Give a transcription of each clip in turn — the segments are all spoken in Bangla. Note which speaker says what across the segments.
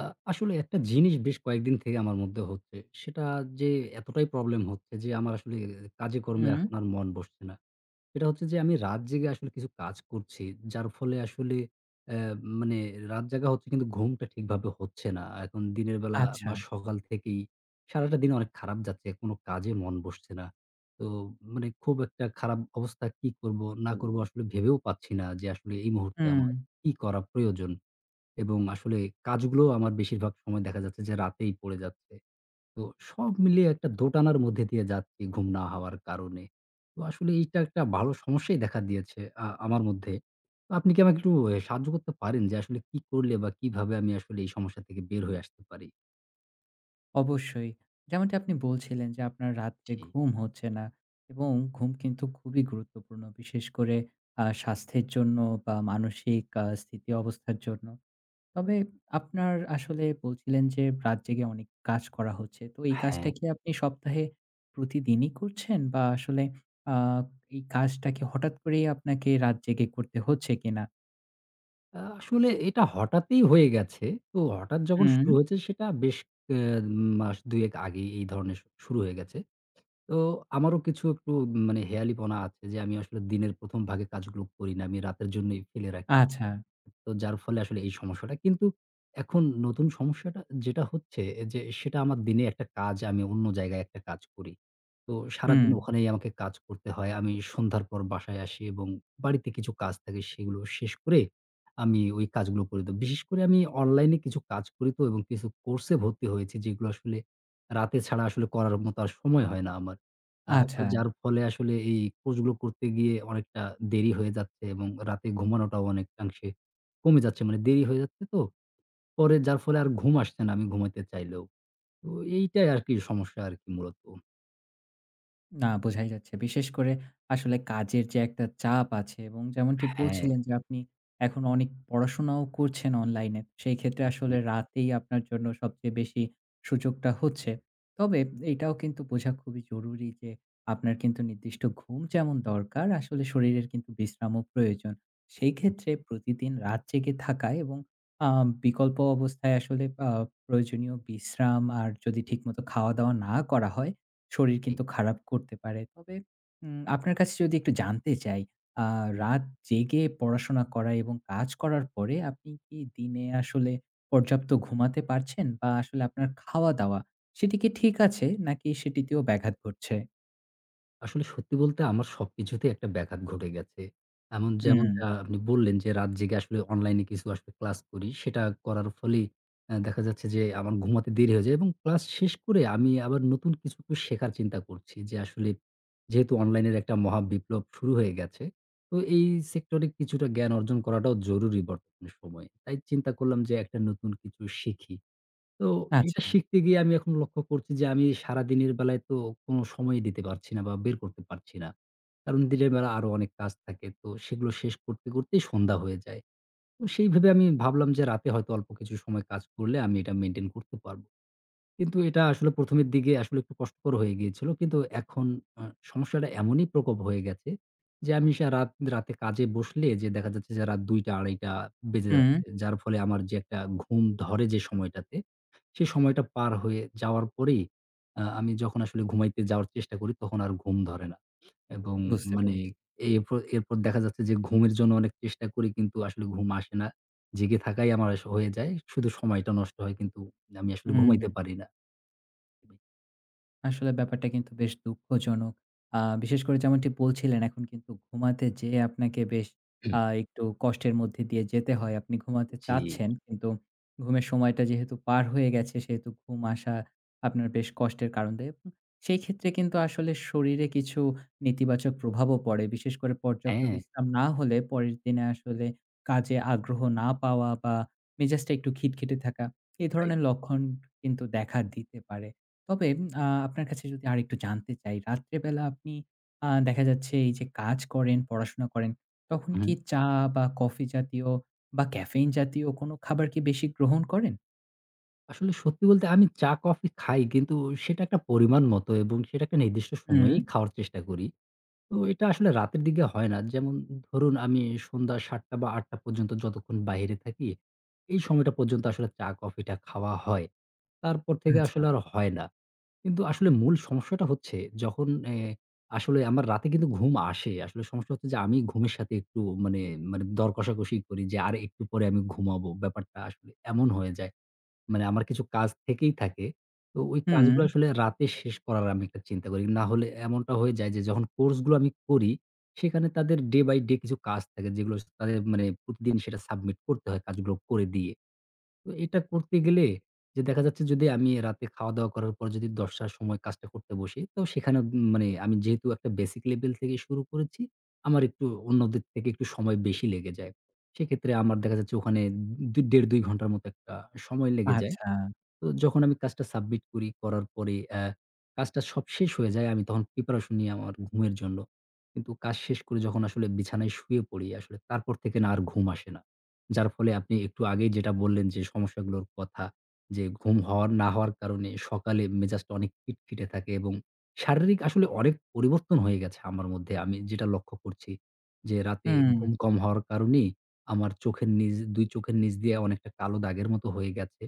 Speaker 1: আ আসলে একটা জিনিস বেশ কয়েকদিন থেকে আমার মধ্যে হচ্ছে। সেটা যে এতটাই প্রবলেম হচ্ছে যে আমার আসলে কাজে কর্মে আচ্ছা।
Speaker 2: হুম,
Speaker 1: এখন আর মন বসছে না। সেটা হচ্ছে যে আমি রাত জেগে আসলে কিছু কাজ করছি। যার ফলে আসলে অ্যা মানে রাত জাগা হচ্ছে কিন্তু ঘুমটা ঠিকভাবে হচ্ছে না। এখন দিনের বেলা
Speaker 2: আচ্ছা।
Speaker 1: বা সকাল থেকেই সারাটা দিন অনেক খারাপ যাচ্ছে। কোনো কাজে মন বসছে না। তো মানে খুব একটা খারাপ অবস্থা কি করব না করব আসলে ভেবেও পাচ্ছি না যে আসলে এই মুহূর্তে
Speaker 2: হুম,
Speaker 1: আমার কি করা প্রয়োজন? এবং আসলে কাজগুলোও আমার বেশিরভাগ সময় দেখা যাচ্ছে যে রাতেই পড়ে যাচ্ছে। তো সব মিলিয়ে একটা দোটানার মধ্যে দিয়ে যাচ্ছি ঘুম না হওয়ার কারণে। তো আসলে এইটা একটা ভালো সমস্যাই দেখা দিয়েছে আমার মধ্যে। তো আপনি কি আমাকে একটু সাহায্য করতে পারেন যে আসলে কি করলে বা কিভাবে আমি আসলে এই সমস্যা থেকে বের হয়ে আসতে পারি?
Speaker 2: অবশ্যই। যেমনটি আপনি বলছিলেন যে আপনার রাত্রে
Speaker 1: জি,
Speaker 2: ঘুম হচ্ছে না এবং ঘুম কিন্তু খুবই গুরুত্বপূর্ণ। বিশেষ করে স্বাস্থ্যের জন্য বা মানসিক স্থিতি অবস্থার জন্য। তবে আপনার আসলে বলছিলেন যে রাত জেগে অনেক কাজ করা হচ্ছে। তো এই কাজটা
Speaker 1: হ্যাঁ।
Speaker 2: কি আপনি সপ্তাহে প্রতিদিনই করছেন? বা আসলে আ এই কাজটা কি হঠাৎ করেই আপনাকে রাত জেগে করতে হচ্ছে কিনা?
Speaker 1: আসলে এটা হঠাৎই হয়ে গেছে। তো হঠাৎ যখন
Speaker 2: হুম,
Speaker 1: শুরু হয়েছে সেটা বেশ অ্যা মাস ২ এক আগেই এই ধরনের শুরু হয়ে গেছে। তো আমারও কিছু একটু মানে হেয়ালিপনা আছে যে আমি আসলে দিনের ১ম ভাগে কাজগুলো করি না। আমি রাতের জন্যই ফেলে রাখি।
Speaker 2: আচ্ছা।
Speaker 1: তো যার ফলে আসলে এই সমস্যাটা। কিন্তু এখন নতুন সমস্যাটা যেটা হচ্ছে যে সেটা আমার দিনে একটা কাজ আমি অন্য জায়গায় একটা কাজ করি। তো
Speaker 2: হুম,
Speaker 1: সারাদিন ওখানেই আমাকে কাজ করতে হয়। আমি সন্ধ্যার পর বাসায় আসি এবং বাড়িতে কিছু কাজ থাকে সেগুলো শেষ করে আমি ওই কাজগুলো করি। তো বিশেষ করে আমি অনলাইনে কিছু কাজ করি তো এবং কিছু কোর্সে ভর্তি হয়েছি যেগুলো আসলে রাতে ছাড়া আসলে করার মতো আর সময় হয় না আমার।
Speaker 2: আচ্ছা।
Speaker 1: আসলে যার ফলে আসলে এই কোর্সগুলো করতে গিয়ে অনেকটা দেরি হয়ে যাচ্ছে এবং রাতে ঘুমানোটাও অনেকাংশে কমে যাচ্ছে। মানে দেরি হয়ে যাচ্ছে তো। পরে যার ফলে আর ঘুম আসছে না আমি ঘুমাইতে চাইলেও। তো এইটাই আরকি সমস্যা আরকি মূলত।
Speaker 2: না, বোঝাই যাচ্ছে। বিশেষ করে আসলে কাজের যে একটা চাপ আছে, এবং যেমনটি
Speaker 1: হ্যাঁ,
Speaker 2: বলছিলেন যে আপনি এখন অনেক পড়াশোনাও করছেন অনলাইনে। সেই ক্ষেত্রে
Speaker 1: জি,
Speaker 2: আসলে রাতেই আপনার জন্য সবচেয়ে বেশি সুযোগটা হচ্ছে। তবে এটাও কিন্তু বোঝা খুবই জরুরি যে, আপনার কিন্তু নির্দিষ্ট ঘুম যেমন দরকার, আসলে শরীরের কিন্তু বিশ্রামও প্রয়োজন। সেই ক্ষেত্রে প্রতিদিন রাত জেগে থাকা এবং আ বিকল্প অবস্থায় আসলে প্রয়োজনীয় বিশ্রাম আর যদি ঠিকমতো খাওয়া-দাওয়া না করা হয়, শরীর
Speaker 1: জি।
Speaker 2: কিন্তু খারাপ করতে পারে। তবে আপনার কাছে যদি একটু জানতে চাই, আ
Speaker 1: হুম।
Speaker 2: রাত জেগে পড়াশোনা করা এবং কাজ করার পরে আপনি কি দিনে আসলে পর্যাপ্ত ঘুমাতে পারছেন? বা আসলে আপনার খাওয়া-দাওয়া, সেটি কি ঠিক আছে? নাকি সেটিতেও ব্যাঘাত ঘটছে?
Speaker 1: আসলে সত্যি বলতে আমার সবকিছুতেই একটা ব্যাঘাত ঘটে গেছে। এমন
Speaker 2: হুম,
Speaker 1: যেমনটা আপনি বললেন যে, রাত জেগে আসলে অনলাইনে কিছু আসলে ক্লাস করি। সেটা করার ফলেই দেখা যাচ্ছে যে, আমার ঘুমাতে দেরি হয়ে যায় এবং ক্লাস শেষ করে আমি আবার নতুন কিছু তো শেখার চিন্তা করছি যে, আসলে যেহেতু অনলাইনের একটা মহা বিপ্লব শুরু হয়ে গেছে, তো এই সেক্টরে কিছুটা জ্ঞান অর্জন করাটাও জরুরি বর্তমান সময়ে। তাই চিন্তা করলাম যে, একটা নতুন কিছু শিখি। তো এটা
Speaker 2: আচ্ছা।
Speaker 1: শিখতে গিয়ে আমি এখন লক্ষ্য করছি যে আমি সারাদিনের বেলায় তো কোনো সময়ই দিতে পারছি না বা বের করতে পারছি না। কারণ দিনের বেলা আরো অনেক কাজ থাকে। তো সেগুলো শেষ করতে, করতেই সন্ধ্যা হয়ে যায়। তো সেইভাবে আমি ভাবলাম যে রাতে হয়তো অল্প কিছু সময় কাজ করলে আমি এটা মেইনটেইন করতে পারব। কিন্তু এটা আসলে ১ম এর দিকে আসলে একটু কষ্টকর হয়ে গিয়েছিল। কিন্তু এখন আ সমস্যাটা এমনই প্রকোপ হয়ে গেছে যে, আমি সা রাত রাতে কাজে বসলে যে দেখা যাচ্ছে যে রাত ২ঃ০০ ২ঃ৩০ বেজে
Speaker 2: হুম,
Speaker 1: যাচ্ছে। যার ফলে আমার যে একটা ঘুম ধরে যে সময়টাতে, সে সময়টা পার হয়ে যাওয়ার পরেই আমি যখন আসলে ঘুমাইতে যাওয়ার চেষ্টা করি তখন আর ঘুম ধরে না। এবং
Speaker 2: বুঝতে
Speaker 1: মানে
Speaker 2: পেরেছি।
Speaker 1: এরপর এরপর দেখা যাচ্ছে যে ঘুমের জন্য অনেক চেষ্টা করি কিন্তু আসলে ঘুম আসে না। জেগে থাকাই আমার আস হয়ে যায়। শুধু সময়টা নষ্ট হয় কিন্তু আমি আসলে
Speaker 2: হুম।
Speaker 1: ঘুমাইতে পারি না।
Speaker 2: আসলে ব্যাপারটা কিন্তু বেশ দুঃখজনক। বিশেষ করে যেমনটি বলছিলেন, এখন কিন্তু ঘুমাতে যেয়ে আপনাকে বেশ একটু কষ্টের মধ্যে দিয়ে যেতে হয়। আপনি ঘুমাতে
Speaker 1: জি,
Speaker 2: চাচ্ছেন, কিন্তু ঘুমের সময়টা যেহেতু পার হয়ে গেছে, সেহেতু ঘুম আসা আপনার বেশ কষ্টের কারণ দেয়। এবং সেই ক্ষেত্রে কিন্তু আসলে শরীরে কিছু নেতিবাচক প্রভাবও পড়ে। বিশেষ করে পর্যাপ্ত
Speaker 1: হ্যাঁ,
Speaker 2: বিশ্রাম না হলে পরের দিনে আসলে কাজে আগ্রহ না পাওয়া বা মেজাজটা একটু খিটখিটে থাকা, এ
Speaker 1: রাইট।
Speaker 2: ধরনের লক্ষণ কিন্তু দেখা দিতে পারে। তবে আপনার কাছে যদি আরেকটু জানতে চাই, রাত্রেবেলা আপনি দেখা যাচ্ছে এই যে কাজ করেন, পড়াশোনা করেন, তখন
Speaker 1: হুম।
Speaker 2: কি চা বা কফি জাতীয় বা ক্যাফেইন জাতীয় কোনো খাবার কি বেশি গ্রহণ করেন?
Speaker 1: আসলে সত্যি বলতে আমি চা, কফি খাই কিন্তু সেটা একটা পরিমাণ মতো এবং সেটা একটা নির্দিষ্ট
Speaker 2: হুম,
Speaker 1: সময়েই খাওয়ার চেষ্টা করি। তো এটা আসলে রাতের দিকে হয় না। যেমন ধরুন আমি সন্ধ্যা ৭ঃ০০ বা ৮ঃ০০ পর্যন্ত যতক্ষণ বাহিরে থাকি, এই সময়টা পর্যন্ত আসলে চা, কফিটা খাওয়া হয়। তারপর থেকে
Speaker 2: আচ্ছা।
Speaker 1: আসলে আর হয় না। কিন্তু আসলে মূল সমস্যাটা হচ্ছে যখন এ আসলে আমার রাতে কিন্তু ঘুম আসে। আসলে সমস্যা হচ্ছে যে আমি ঘুমের সাথে একটু মানে মানে দর কষাকষি করি যে আর একটু পরে আমি ঘুমাবো। ব্যাপারটা আসলে এমন হয়ে যায়। মানে আমার কিছু কাজ থেকেই থাকে। তো ওই
Speaker 2: হুম,
Speaker 1: কাজগুলো আসলে রাতে শেষ করার আমি একটা চিন্তা করি। না হলে এমনটা হয়ে যায় যে যখন কোর্স গুলো আমি করি সেখানে তাদের ডে বাই ডে কিছু কাজ থাকে যেগুলো তাদের মানে প্রতিদিন সেটা সাবমিট করতে হয় কাজগুলো করে দিয়ে। তো এটা করতে গেলে যে দেখা যাচ্ছে যদি আমি রাতে খাওয়া-দাওয়া করার পর যদি ১০ঃ০০ র সময় কাজটা করতে বসি, তো সেখানে মানে আমি যেহেতু একটা বেসিক লেভেল থেকে শুরু করেছি, আমার একটু অন্যদের থেকে একটু সময় বেশি লেগে যায়। সেক্ষেত্রে আমার দেখা যাচ্ছে ওখানে ১.৫ ২ ঘন্টার মতো একটা সময় লেগে যায়।
Speaker 2: আচ্ছা।
Speaker 1: তো যখন আমি কাজটা সাবমিট করি, করার পরে কাজটা সব শেষ হয়ে যায়। আমি তখন প্রিপারেশন নিই আমার ঘুমের জন্য। কিন্তু কাজ শেষ করে যখন আসলে বিছানায় শুয়ে পড়ি আসলে তারপর থেকে না আর ঘুম আসে না। যার ফলে আপনি একটু আগেই যেটা বললেন যে সমস্যাগুলোর কথা যে ঘুম হওয়ার না হওয়ার কারণে সকালে মেজাজটা অনেক খিটখিটে থাকে এবং শারীরিক আসলে অনেক পরিবর্তন হয়ে গেছে আমার মধ্যে। আমি যেটা লক্ষ্য করছি যে রাতে
Speaker 2: হুম,
Speaker 1: ঘুম কম হওয়ার কারণেই আমার চোখের নিচ ২ চোখের নিচ দিয়ে অনেকটা কালো দাগের মতো হয়ে গেছে।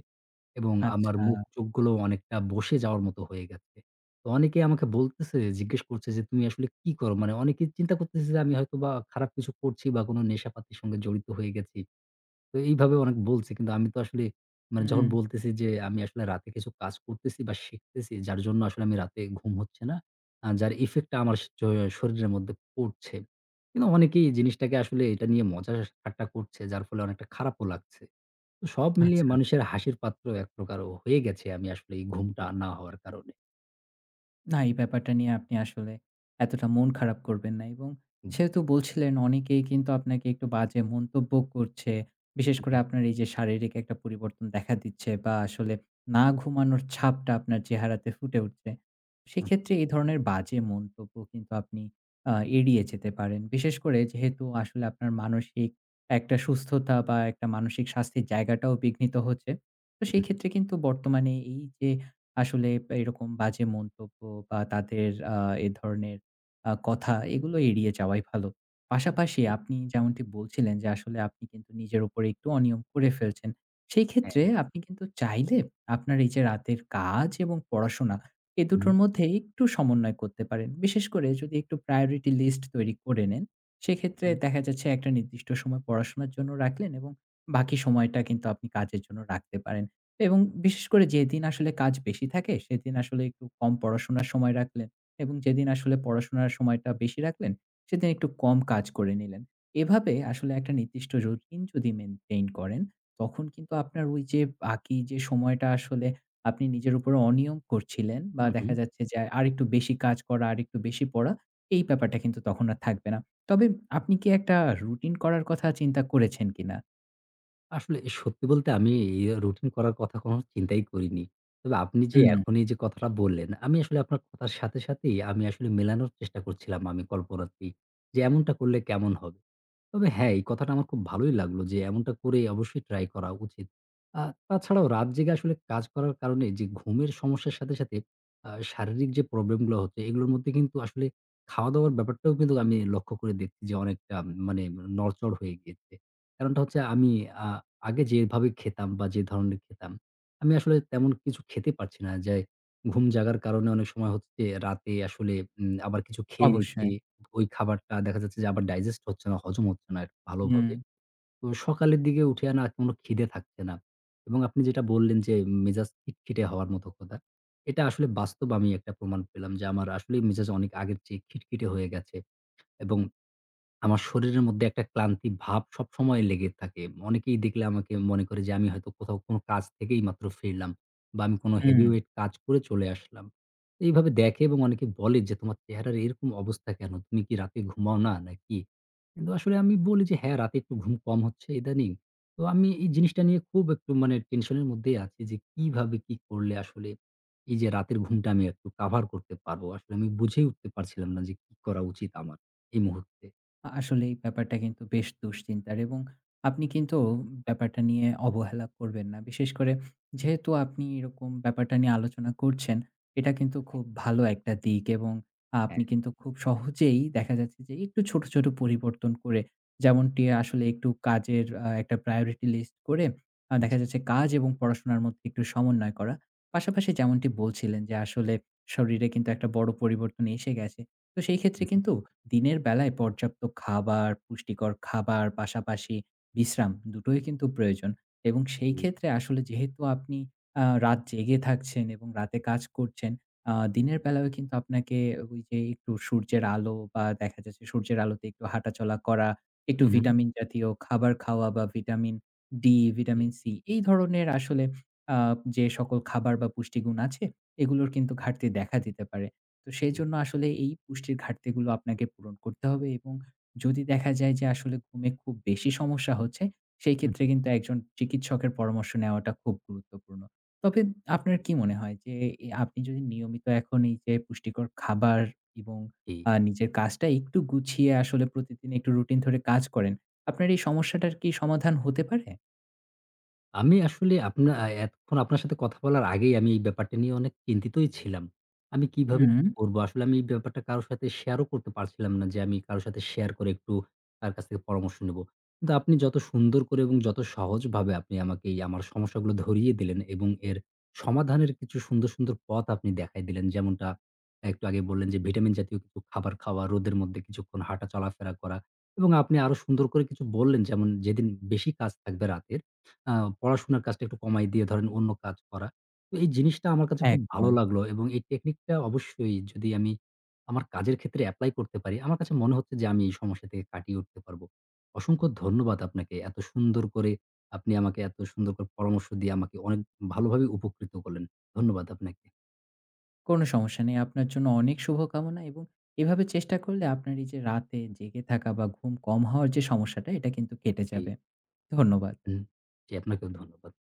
Speaker 1: এবং আমার
Speaker 2: আচ্ছা।
Speaker 1: মুখ-চোখগুলো অনেকটা বসে যাওয়ার মতো হয়ে গেছে। তো অনেকেই আমাকে বলতেছে, জিজ্ঞেস করছে যে, "তুমি আসলে কি করো?" মানে অনেকেই চিন্তা করতেছে যে আমি হয়তোবা খারাপ কিছু করছি বা কোনো নেশাপাতির সঙ্গে জড়িত হয়ে গেছি। তো এইভাবে অনেক বলছে। কিন্তু আমি তো আসলে মানে যখন
Speaker 2: হুম,
Speaker 1: বলতেছি যে আমি আসলে রাতে কিছু কাজ করতেছি বা শিখতেছি যার জন্য আসলে আমি রাতে ঘুম হচ্ছে না। যার ইফেক্ট টা আমার স জ শরীরের মধ্যে পড়ছে। কিন্তু অনেকেই এই জিনিসটাকে আসলে এটা নিয়ে মজা ঠাট্টা করছে যার ফলে অনেকটা খারাপও লাগছে। তো সব মিলিয়ে
Speaker 2: আচ্ছা।
Speaker 1: মানুষের হাসির পাত্র এক প্রকার হয়ে গেছে আমি আসলে এই ঘুমটা না হওয়ার কারণে।
Speaker 2: না, এই ব্যাপারটা নিয়ে আপনি আসলে এতটা মন খারাপ করবেন না। এবং যেহেতু
Speaker 1: জি।
Speaker 2: বলছিলেন অনেকেই কিন্তু আপনাকে একটু বাজে মন্তব্য করছে, বিশেষ
Speaker 1: হু,
Speaker 2: করে
Speaker 1: হু,
Speaker 2: আপনার এই যে শারীরিক একটা পরিবর্তন দেখা দিচ্ছে বা আসলে না ঘুমানোর ছাপটা আপনার চেহারাতে ফুটে উঠছে। সেক্ষেত্রে এই ধরনের বাজে মন্তব্য কিন্তু আপনি এড়িয়ে যেতে পারেন। বিশেষ করে যেহেতু আসলে আপনার মানসিক একটা সুস্থতা বা একটা মানসিক স্বাস্থ্যের জায়গাটাও বিঘ্নিত হচ্ছে। তো সেই
Speaker 1: হু,
Speaker 2: ক্ষেত্রে কিন্তু বর্তমানে এই যে আসলে এরকম বাজে মন্তব্য বা তাদের আ এ ধরনের কথা, এগুলো এড়িয়ে যাওয়াই ভালো। পাশাপাশি
Speaker 1: জি,
Speaker 2: আপনি যেমনটি বলছিলেন যে আসলে আপনি কিন্তু নিজের উপরে একটু অনিয়ম করে ফেলছেন। সেই ক্ষেত্রে
Speaker 1: হ্যাঁ।
Speaker 2: আপনি কিন্তু চাইলে আপনার এই যে রাতের কাজ এবং পড়াশোনা, এ
Speaker 1: হু,
Speaker 2: দুটোর মধ্যে একটু সমন্বয় করতে পারেন। বিশেষ করে যদি একটু priority list তৈরি করে নেন, সেক্ষেত্রে
Speaker 1: হু,
Speaker 2: দেখা যাচ্ছে একটা নির্দিষ্ট সময় পড়াশোনার জন্য রাখলেন এবং বাকি সময়টা কিন্তু আপনি কাজের জন্য রাখতে পারেন। এবং বিশেষ করে যেদিন আসলে কাজ বেশি থাকে, সেদিন আসলে একটু কম পড়াশোনার সময় রাখলেন, এবং যেদিন আসলে পড়াশোনার সময়টা বেশি রাখলেন, সেদিন একটু কম কাজ করে নিলেন। এভাবে আসলে একটা নির্দিষ্ট রুটিন যদি মেইনটেইন করেন, তখন কিন্তু আপনার ওই যে বাকি যে সময়টা আসলে আপনি নিজের উপরে অনিয়ম করছিলেন বা
Speaker 1: হু।
Speaker 2: দেখা যাচ্ছে যে আরেকটু বেশি কাজ করা, আরেকটু বেশি পড়া, এই ব্যাপারটা কিন্তু তখন আর থাকবে না। তবে আপনি কি একটা রুটিন করার কথা চিন্তা করেছেন কিনা?
Speaker 1: আসলে সত্যি বলতে আমি এই রুটিন করার কথা কখনো চিন্তাই করিনি। তবে আপনি যে
Speaker 2: হুম,
Speaker 1: এখন এই যে কথাটা বললেন, আমি আসলে আপনার কথার সাথে সাথেই আমি আসলে মেলানোর চেষ্টা করছিলাম আমি কল্পনাতেই যে এমনটা করলে কেমন হবে? তবে হ্যাঁ, এই কথাটা আমার খুব ভালোই লাগলো যে এমনটা করে অবশ্যই ট্রাই করা উচিত। আ তাছাড়াও রাত জেগে আসলে কাজ করার কারণে যে ঘুমের সমস্যার সাথে, সাথে শারীরিক যে প্রবলেম গুলো হচ্ছে এগুলোর মধ্যে কিন্তু আসলে খাওয়া-দাওয়ার ব্যাপারটাও কিন্তু আমি লক্ষ্য করে দেখছি যে অনেকটা মানে নড়চড় হয়ে গিয়েছে। কারণটা হচ্ছে আমি আ আগে যেভাবে খেতাম বা যে ধরনের খেতাম, আমি আসলে তেমন কিছু খেতে পারছি না। যে ঘুম জাগার কারণে অনেক সময় হচ্ছে রাতে আসলে আবার কিছু খেয়ে নিচ্ছি।
Speaker 2: অবশ্যই।
Speaker 1: ওই খাবারটা দেখা যাচ্ছে যে আবার ডাইজেস্ট হচ্ছে না, হজম হচ্ছে না
Speaker 2: হুম,
Speaker 1: ভালোভাবে। তো সকালের দিকে উঠে না কোনো খিদে থাকছে না। এবং আপনি যেটা বললেন যে মেজাজ খিটখিটে হওয়ার মতো কথা, এটা আসলে বাস্তব আমি একটা প্রমাণ পেলাম যে আমার আসলেই মেজাজ অনেক আগের চেয়ে খিটখিটে হয়ে গেছে এবং আমার শরীরের মধ্যে একটা ক্লান্তি ভাব সবসময় লেগে থাকে। অনেকেই দেখলে আমাকে মনে করে যে আমি হয়তো কোথাও কোনো কাজ থেকেই মাত্র ফিরলাম বা আমি কোনো
Speaker 2: হুম।
Speaker 1: হেভি ওয়েট কাজ করে চলে আসলাম। তো এইভাবে দেখে এবং অনেকে বলে যে, "তোমার চেহারার এরকম অবস্থা কেন? তুমি কি রাতে ঘুমাও না নাকি?" কিন্তু আসলে আমি বলি যে, "হ্যাঁ, রাতে একটু ঘুম কম হচ্ছে ইদানিং।" তো আমি এই জিনিসটা নিয়ে খুব একটু মানে টেনশনের মধ্যেই আছি যে কিভাবে কি করলে আসলে এই যে রাতের ঘুমটা আমি একটু কাভার করতে পারবো? আসলে আমি বুঝেই উঠতে পারছিলাম না যে কি করা উচিত আমার এই মুহূর্তে।
Speaker 2: আসলে এই ব্যাপারটা কিন্তু বেশ দুশ্চিন্তার, এবং আপনি কিন্তু ব্যাপারটা নিয়ে অবহেলা করবেন না। বিশেষ করে যেহেতু আপনি এরকম ব্যাপারটা নিয়ে আলোচনা করছেন, এটা কিন্তু খুব ভালো একটা দিক। এবং আপনি
Speaker 1: হ্যাঁ,
Speaker 2: কিন্তু খুব সহজেই দেখা যাচ্ছে যে একটু ছোট, ছোট পরিবর্তন করে, যেমনটি আসলে একটু কাজের একটা priority list করে দেখা
Speaker 1: জি,
Speaker 2: যাচ্ছে কাজ এবং পড়াশোনার মধ্যে একটু সমন্বয় করা। পাশাপাশি যেমনটি বলছিলেন যে আসলে শরীরে কিন্তু একটা বড় পরিবর্তন এসে গেছে। তো সেই ক্ষেত্রে
Speaker 1: হু, হুম,
Speaker 2: কিন্তু দিনের বেলায় পর্যাপ্ত খাবার, পুষ্টিকর খাবার, পাশাপাশি বিশ্রাম, দুটোই কিন্তু প্রয়োজন। এবং সেই
Speaker 1: জি,
Speaker 2: ক্ষেত্রে আসলে যেহেতু আপনি রাত জেগে থাকছেন এবং রাতে কাজ করছেন, দিনের বেলায়ও কিন্তু আপনাকে ওই যে একটু সূর্যের আলো বা দেখা যাচ্ছে সূর্যের আলোতে একটু হাঁটাচলা করা, একটু
Speaker 1: হু, হুম,
Speaker 2: ভিটামিন জাতীয় খাবার খাওয়া বা ভিটামিন ডি,
Speaker 1: জি,
Speaker 2: ভিটামিন সি, এই ধরনের আসলে আ যে সকল খাবার বা পুষ্টিগুণ আছে, এগুলোর কিন্তু ঘাটতি দেখা দিতে পারে। তো
Speaker 1: জি, হু,
Speaker 2: সেজন্য আসলে এই পুষ্টির ঘাটতিগুলো আপনাকে পূরণ করতে হবে। এবং যদি দেখা যায় যে আসলে ঘুমে খুব বেশি সমস্যা হচ্ছে, সেই
Speaker 1: হুম,
Speaker 2: ক্ষেত্রে কিন্তু একজন চিকিৎসকের পরামর্শ নেওয়াটা খুব গুরুত্বপূর্ণ। তবে আপনার কি মনে হয় যে, এ আপনি যদি নিয়মিত এখন এই যে পুষ্টিকর খাবার এবং
Speaker 1: জি।
Speaker 2: নিজের কাজটা একটু গুছিয়ে আসলে প্রতিদিন একটু রুটিন ধরে কাজ করেন, আপনার এই সমস্যাটার কি সমাধান হতে পারে?
Speaker 1: আমি আসলে আপনা আ এতক্ষণ আপনার সাথে কথা বলার আগেই আমি এই ব্যাপারটা নিয়ে অনেক চিন্তিতই ছিলাম। আমি কিভাবে কি
Speaker 2: হুম,
Speaker 1: করব? আসলে আমি এই ব্যাপারটা কারো সাথে শেয়ারও করতে পারছিলাম না যে আমি কারো সাথে শেয়ার করে একটু তার কাছ থেকে পরামর্শ নেব। কিন্তু আপনি যত সুন্দর করে এবং যত সহজভাবে আপনি আমাকে এই আমার সমস্যাগুলো ধরিয়ে দিলেন এবং এর সমাধানের কিছু সুন্দর, সুন্দর পথ আপনি দেখায় দিলেন। যেমনটা একটু আগে বললেন যে ভিটামিন জাতীয় কিছু খাবার খাওয়া, রোদের মধ্যে কিছুক্ষণ হাঁটা চলাফেরা করা এবং আপনি আরো সুন্দর করে কিছু বললেন যেমন যেদিন বেশি কাজ থাকবে রাতের আ পড়াশোনার কাজটা একটু কমায় দিয়ে ধরেন অন্য কাজ করা। তো এই জিনিসটা আমার কাছে খুব ভালো
Speaker 2: একদম।
Speaker 1: লাগলো এবং এই টেকনিকটা অবশ্যই যদি আমি আমার কাজের ক্ষেত্রে এপ্লাই করতে পারি, আমার কাছে মনে হচ্ছে যে আমি এই সমস্যা থেকে কাটিয়ে উঠতে পারবো। অসংখ্য ধন্যবাদ আপনাকে। এত সুন্দর করে আপনি আমাকে এত সুন্দর করে পরামর্শ দিয়ে আমাকে অনেক ভালোভাবে উপকৃত করলেন। ধন্যবাদ আপনাকে।
Speaker 2: কোনো সমস্যা নেই। আপনার জন্য অনেক শুভকামনা। এবং এভাবে চেষ্টা করলে আপনার এই যে রাতে জেগে থাকা বা ঘুম কম হওয়ার যে সমস্যাটা, এটা কিন্তু কেটে
Speaker 1: জি,
Speaker 2: যাবে। ধন্যবাদ।
Speaker 1: হুম, জি আপনাকেও ধন্যবাদ।